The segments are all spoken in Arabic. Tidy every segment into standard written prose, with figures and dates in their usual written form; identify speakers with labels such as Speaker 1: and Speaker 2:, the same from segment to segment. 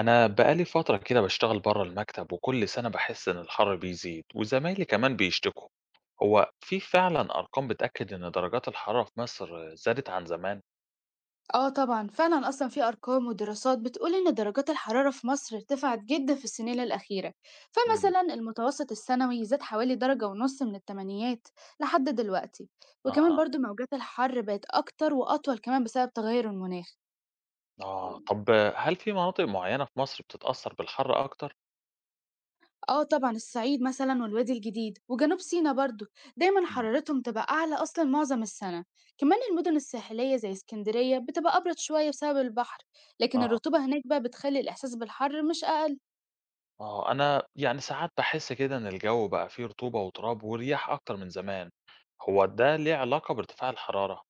Speaker 1: أنا بقالي فترة كده بشتغل بره المكتب وكل سنة بحس إن الحر بيزيد وزمايلي كمان بيشتكوا. هو في فعلا أرقام بتأكد إن درجات الحرارة في مصر زادت عن زمان؟
Speaker 2: آه طبعًا، فعلًا أصلًا في أرقام ودراسات بتقول إن درجات الحرارة في مصر ارتفعت جدًا في السنين الأخيرة،
Speaker 1: مم.
Speaker 2: فمثلًا المتوسط السنوي زاد حوالي درجة ونص من التمانينات لحد دلوقتي، وكمان
Speaker 1: أها،
Speaker 2: برضه موجات الحر بقت أكتر وأطول كمان بسبب تغير المناخ.
Speaker 1: آه طب، هل في مناطق معينة في مصر بتتأثر بالحر أكتر؟
Speaker 2: آه طبعًا الصعيد مثلًا والوادي الجديد وجنوب سيناء برضه دايمًا
Speaker 1: مم.
Speaker 2: حرارتهم تبقى أعلى أصلًا معظم السنة، كمان المدن الساحلية زي اسكندرية بتبقى أبرد شوية بسبب البحر، لكن
Speaker 1: آه،
Speaker 2: الرطوبة هناك بقى بتخلي الإحساس بالحر مش أقل.
Speaker 1: آه أنا يعني ساعات بحس كده إن الجو بقى فيه رطوبة وتراب ورياح أكتر من زمان. هو ده ليه علاقة بارتفاع الحرارة؟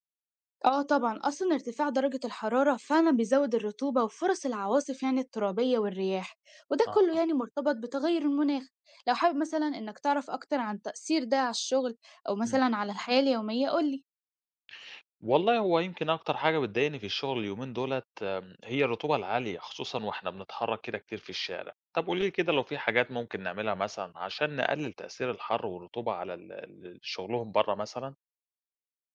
Speaker 2: اه طبعا اصلا ارتفاع درجة الحرارة فعلا بيزود الرطوبة وفرص العواصف يعني الترابية والرياح، وده كله
Speaker 1: أها.
Speaker 2: يعني مرتبط بتغير المناخ. لو حابب مثلا انك تعرف اكتر عن تأثير ده على الشغل او
Speaker 1: إمم.
Speaker 2: مثلا على الحياة اليومية قولي.
Speaker 1: والله هو يمكن أكتر حاجة بتضايقني في الشغل اليومين دولة هي الرطوبة العالية، خصوصًا وإحنا بنتحرك كده كتير في الشارع. طب قولي لي كده لو في حاجات ممكن نعملها مثلًا عشان نقلل تأثير الحر والرطوبة على ال شغلهم برّه مثلًا؟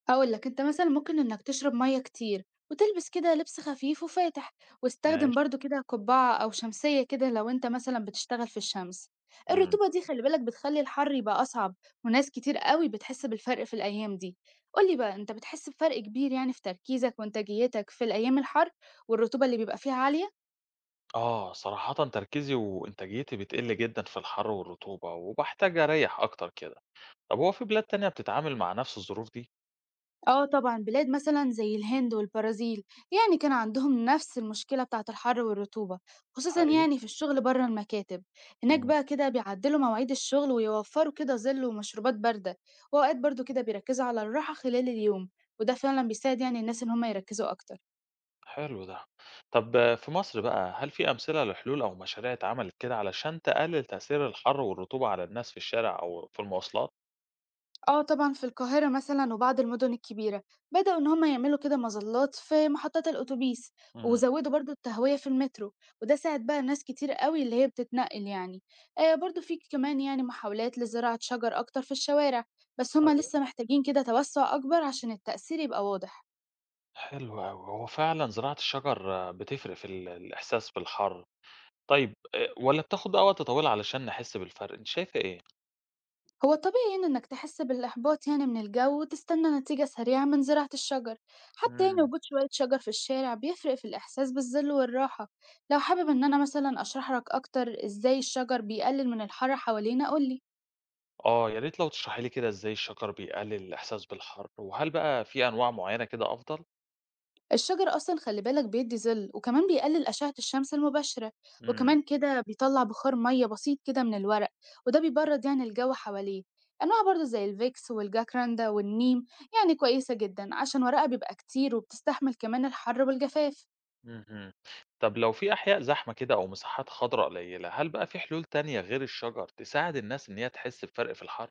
Speaker 2: هاقول لك أنت مثلًا ممكن إنك تشرب مَيّة كتير، وتلبس كده لبس خفيف وفاتح، واستخدم
Speaker 1: ماشي،
Speaker 2: برضه كده قبعة أو شمسية كده لو أنت مثلًا بتشتغل في الشمس.
Speaker 1: إمم.
Speaker 2: الرطوبة دي خلّي بالك بتخلّي الحر يبقى أصعب، وناس كتير أوي بتحس بالفرق في الأيام دي. قُل لي بقى أنت بتحس بفرق كبير يعني في تركيزك وإنتاجيتك في الأيام الحر والرطوبة اللي بيبقى فيها عالية؟
Speaker 1: آه، صراحةً تركيزي وإنتاجيتي بتقل جدًا في الحر والرطوبة، وباحتاج أريّح أكتر كده. طب هو في بلاد تانية بتتعامل مع نفس الظروف دي؟
Speaker 2: آه طبعًا، بلاد مثلًا زي الهند والبرازيل يعني كان عندهم نفس المشكلة بتاعة الحر والرطوبة، خصوصًا
Speaker 1: حقيقي؟
Speaker 2: يعني في الشغل برّه المكاتب، هناك
Speaker 1: إمم.
Speaker 2: بقى كده بيعدّلوا مواعيد الشغل ويوفّروا كده ظِل ومشروبات باردة، وأوقات برضه كده بيركّزوا على الراحة خلال اليوم، وده فعلًا بيساعد يعني الناس إن هم يركّزوا أكتر.
Speaker 1: حلو ده. طب آه، في مصر بقى، هل في أمثلة لحلول أو مشاريع اتعملت كده علشان تقلل تأثير الحر والرطوبة على الناس في الشارع أو في المواصلات؟
Speaker 2: اه طبعا في القاهرة مثلا وبعض المدن الكبيرة بدأوا إن هما يعملوا كده مظلات في محطات الأتوبيس،
Speaker 1: امم.
Speaker 2: وزودوا برضو التهوية في المترو، وده ساعد بقى ناس كتير قوي اللي هي بتتنقل يعني. آه برضو في كمان يعني محاولات لزراعة شجر أكتر في الشوارع، بس هما
Speaker 1: ايوه.
Speaker 2: لسه محتاجين كده توسع أكبر عشان التأثير يبقى واضح.
Speaker 1: حلو أوي. هو فعلا زراعة الشجر آه، بتفرق في الإحساس بالحر. طيب آه، ولا بتاخد بقى وقت طويل علشان نحس بالفرق؟ أنت شايفة إيه؟
Speaker 2: هو طبيعي يعني إنك تحس بالإحباط يعني من الجو وتستنى نتيجة سريعة من زراعة الشجر، حتى يعني
Speaker 1: امم.
Speaker 2: وجود شوية شجر في الشارع بيفرق في الإحساس بالظل والراحة. لو حابب إن أنا مثلا أشرح لك أكتر إزاي الشجر بيقلل من الحر حوالينا قولي.
Speaker 1: آه يا ريت لو تشرحي لي كده إزاي الشجر بيقلل الإحساس بالحر، وهل بقى في أنواع معينة كده أفضل؟
Speaker 2: الشجر أصلًا خلّي بالك بيدّي ظِل، وكمان بيقلل أشعة الشمس المباشرة،
Speaker 1: امم.
Speaker 2: وكمان كده بيطلّع بخار مَيّة بسيط كده من الورق، وده بيبرّد يعني الجو حواليه. أنواع برضه زي الفيكس والجاكراندا والنيم يعني كويسة جدًا عشان ورقها بيبقى كتير وبتستحمل كمان الحر والجفاف.
Speaker 1: اهم. طب لو في أحياء زحمة كده أو مساحات خضراء قليلة، هل بقى في حلول تانية غير الشجر تساعد الناس إن هي تحس بفرق في الحر؟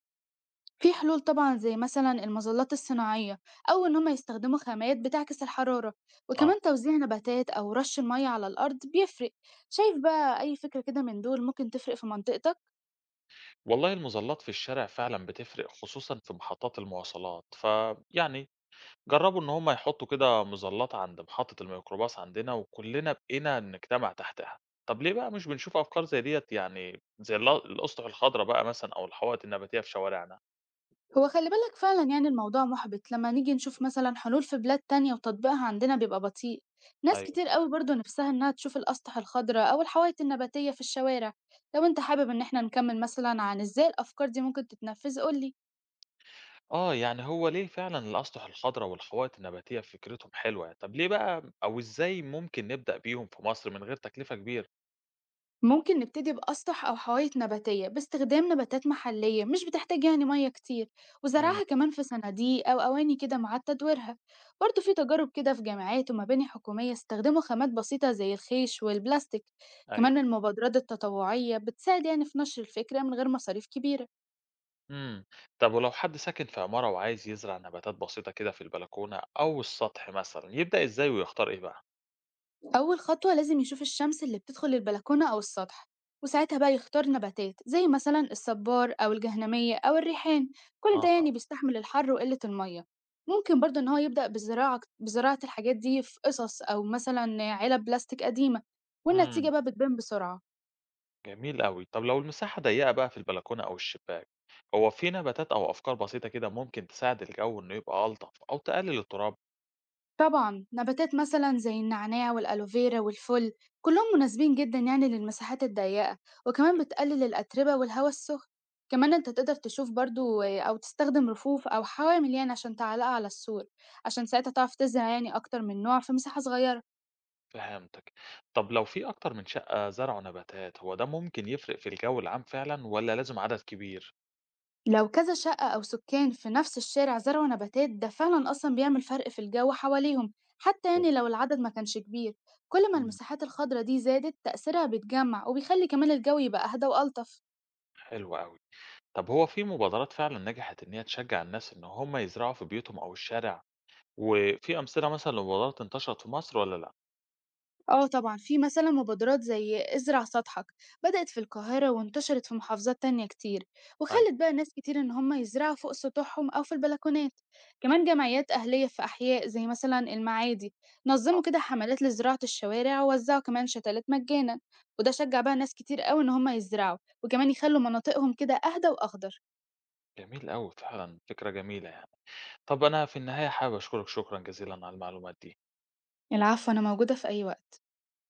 Speaker 2: في حلول طبعًا زي مثلًا المظلات الصناعية أو إن هم يستخدموا خامات بتعكس الحرارة،
Speaker 1: آه،
Speaker 2: وكمان توزيع نباتات أو رش المَيّة على الأرض بيفرق. شايف بقى أي فكرة كده من دول ممكن تفرق في منطقتك؟
Speaker 1: والله المظلات في الشارع فعلا بتفرق خصوصا في محطات المواصلات، فيعني جربوا إن هم يحطوا كده مظلات عند محطة الميكروباص عندنا وكلنا بقينا نجتمع تحتها. طب ليه بقى مش بنشوف أفكار زي ديت يعني زي الأسطح الخضراء بقى مثلا أو الحوائط النباتية في شوارعنا؟
Speaker 2: هو خلّي بالك فعلًا يعني الموضوع مُحبِط لمّا نيجي نشوف مثلًا حلول في بلاد تانية وتطبيقها عندنا بيبقى بطيء، ناس
Speaker 1: أيوه
Speaker 2: كتير
Speaker 1: صح.
Speaker 2: أوي برضه نِفْسها إنها تشوف الأسطح الخضرا أو الحوايط النباتية في الشوارع. لو أنت حابب إن إحنا نكمّل مثلًا عن إزاي الأفكار دي ممكن تتنفّذ قُل لي.
Speaker 1: آه، يعني هو ليه فعلًا الأسطح الخضراء والحدائق النباتية فكرتهم حلوة، طب ليه بقى أو إزاي ممكن نبدأ بيهم في مصر من غير تكلفة كبيرة؟
Speaker 2: ممكن نبتدي بأسطح أو حوايط نباتية باستخدام نباتات محلية مش بتحتاج يعني مية كتير،
Speaker 1: امم.
Speaker 2: وزرعها كمان في صناديق أو أواني كده مع تدويرها. برضه في تجارب كده في جامعات ومباني حكومية استخدموا خامات بسيطة زي الخيش والبلاستيك.
Speaker 1: ايوه.
Speaker 2: كمان المبادرات التطوعية بتساعد يعني في نشر الفكرة من غير مصاريف كبيرة.
Speaker 1: إمم، طب ولو حد ساكن في عمارة وعايز يزرع نباتات بسيطة كده في البلكونة أو السطح مثلًا، يبدأ إزاي ويختار إيه بقى؟
Speaker 2: أول خطوة لازم يشوف الشمس اللي بتدخل البلكونة أو السطح، وساعتها بقى يختار نباتات زي مثلا الصبار أو الجهنمية أو الريحان،
Speaker 1: اه
Speaker 2: كل ده
Speaker 1: اه.
Speaker 2: يعني بيستحمل الحر وقلة المية. ممكن برضه إن هو يبدأ بالزراعة بزراعة الحاجات دي في قصص أو مثلا علب بلاستيك قديمة، والنتيجة
Speaker 1: إمم،
Speaker 2: بقى بتبان بسرعة.
Speaker 1: جميل أوي، طب لو المساحة ضيقة بقى في البلكونة أو الشباك، هو في نباتات أو أفكار بسيطة كده ممكن تساعد الجو إنه يبقى ألطف أو تقلل التراب؟
Speaker 2: طبعًا نباتات مثلًا زي النعناع والألوفيرا والفل كلهم مناسبين جدًا يعني للمساحات الضيقة، وكمان بتقلل الأتربة والهواء السخن، كمان أنت تقدر تشوف برضو أو تستخدم رفوف أو حوامل يعني عشان تعلقها على السور، عشان ساعتها تعرف تزرع يعني أكتر من نوع في مساحة صغيرة.
Speaker 1: فهمتك. طب لو في أكتر من شقة زرعوا نباتات، هو ده ممكن يفرق في الجو العام فعلًا والّا لازم عدد كبير؟
Speaker 2: لو كذا شقة أو سكان في نفس الشارع زرعوا نباتات ده فعلًا أصلًا بيعمل فرق في الجو حواليهم، حتى يعني
Speaker 1: جميل.
Speaker 2: لو العدد ما كانش كبير، كل ما
Speaker 1: إمم.
Speaker 2: المساحات الخضرا دي زادت تأثيرها بيتجمع وبيخلي كمان الجو يبقى أهدى وألطف.
Speaker 1: حلو أوي. طب هو في مبادرات فعلًا نجحت إن هي تشجع الناس إن هم يزرعوا في بيوتهم أو الشارع، وفي أمثلة مثلًا لمبادرات انتشرت في مصر والّا لأ؟
Speaker 2: اه طبعا في مثلا مبادرات زي ازرع سطحك، بدأت في القاهرة وانتشرت في محافظات تانية كتير،
Speaker 1: أيوه،
Speaker 2: وخلت بقى ناس كتير ان هم يزرعوا فوق سطوحهم او في البلكونات. كمان جمعيات اهلية في احياء زي مثلا المعادي نظموا
Speaker 1: آه.
Speaker 2: كده حملات لزراعة الشوارع ووزعوا كمان شتلات مجانا، وده شجع بقى ناس كتير قوي ان هم يزرعوا وكمان يخلوا مناطقهم كده اهدى واخضر.
Speaker 1: جميل أوي فعلًا، فكرة جميلة يعني. طب أنا في النهاية حابب أشكرك شكرًا جزيلًا على المعلومات دي.
Speaker 2: العفو، انا موجودة في اي وقت.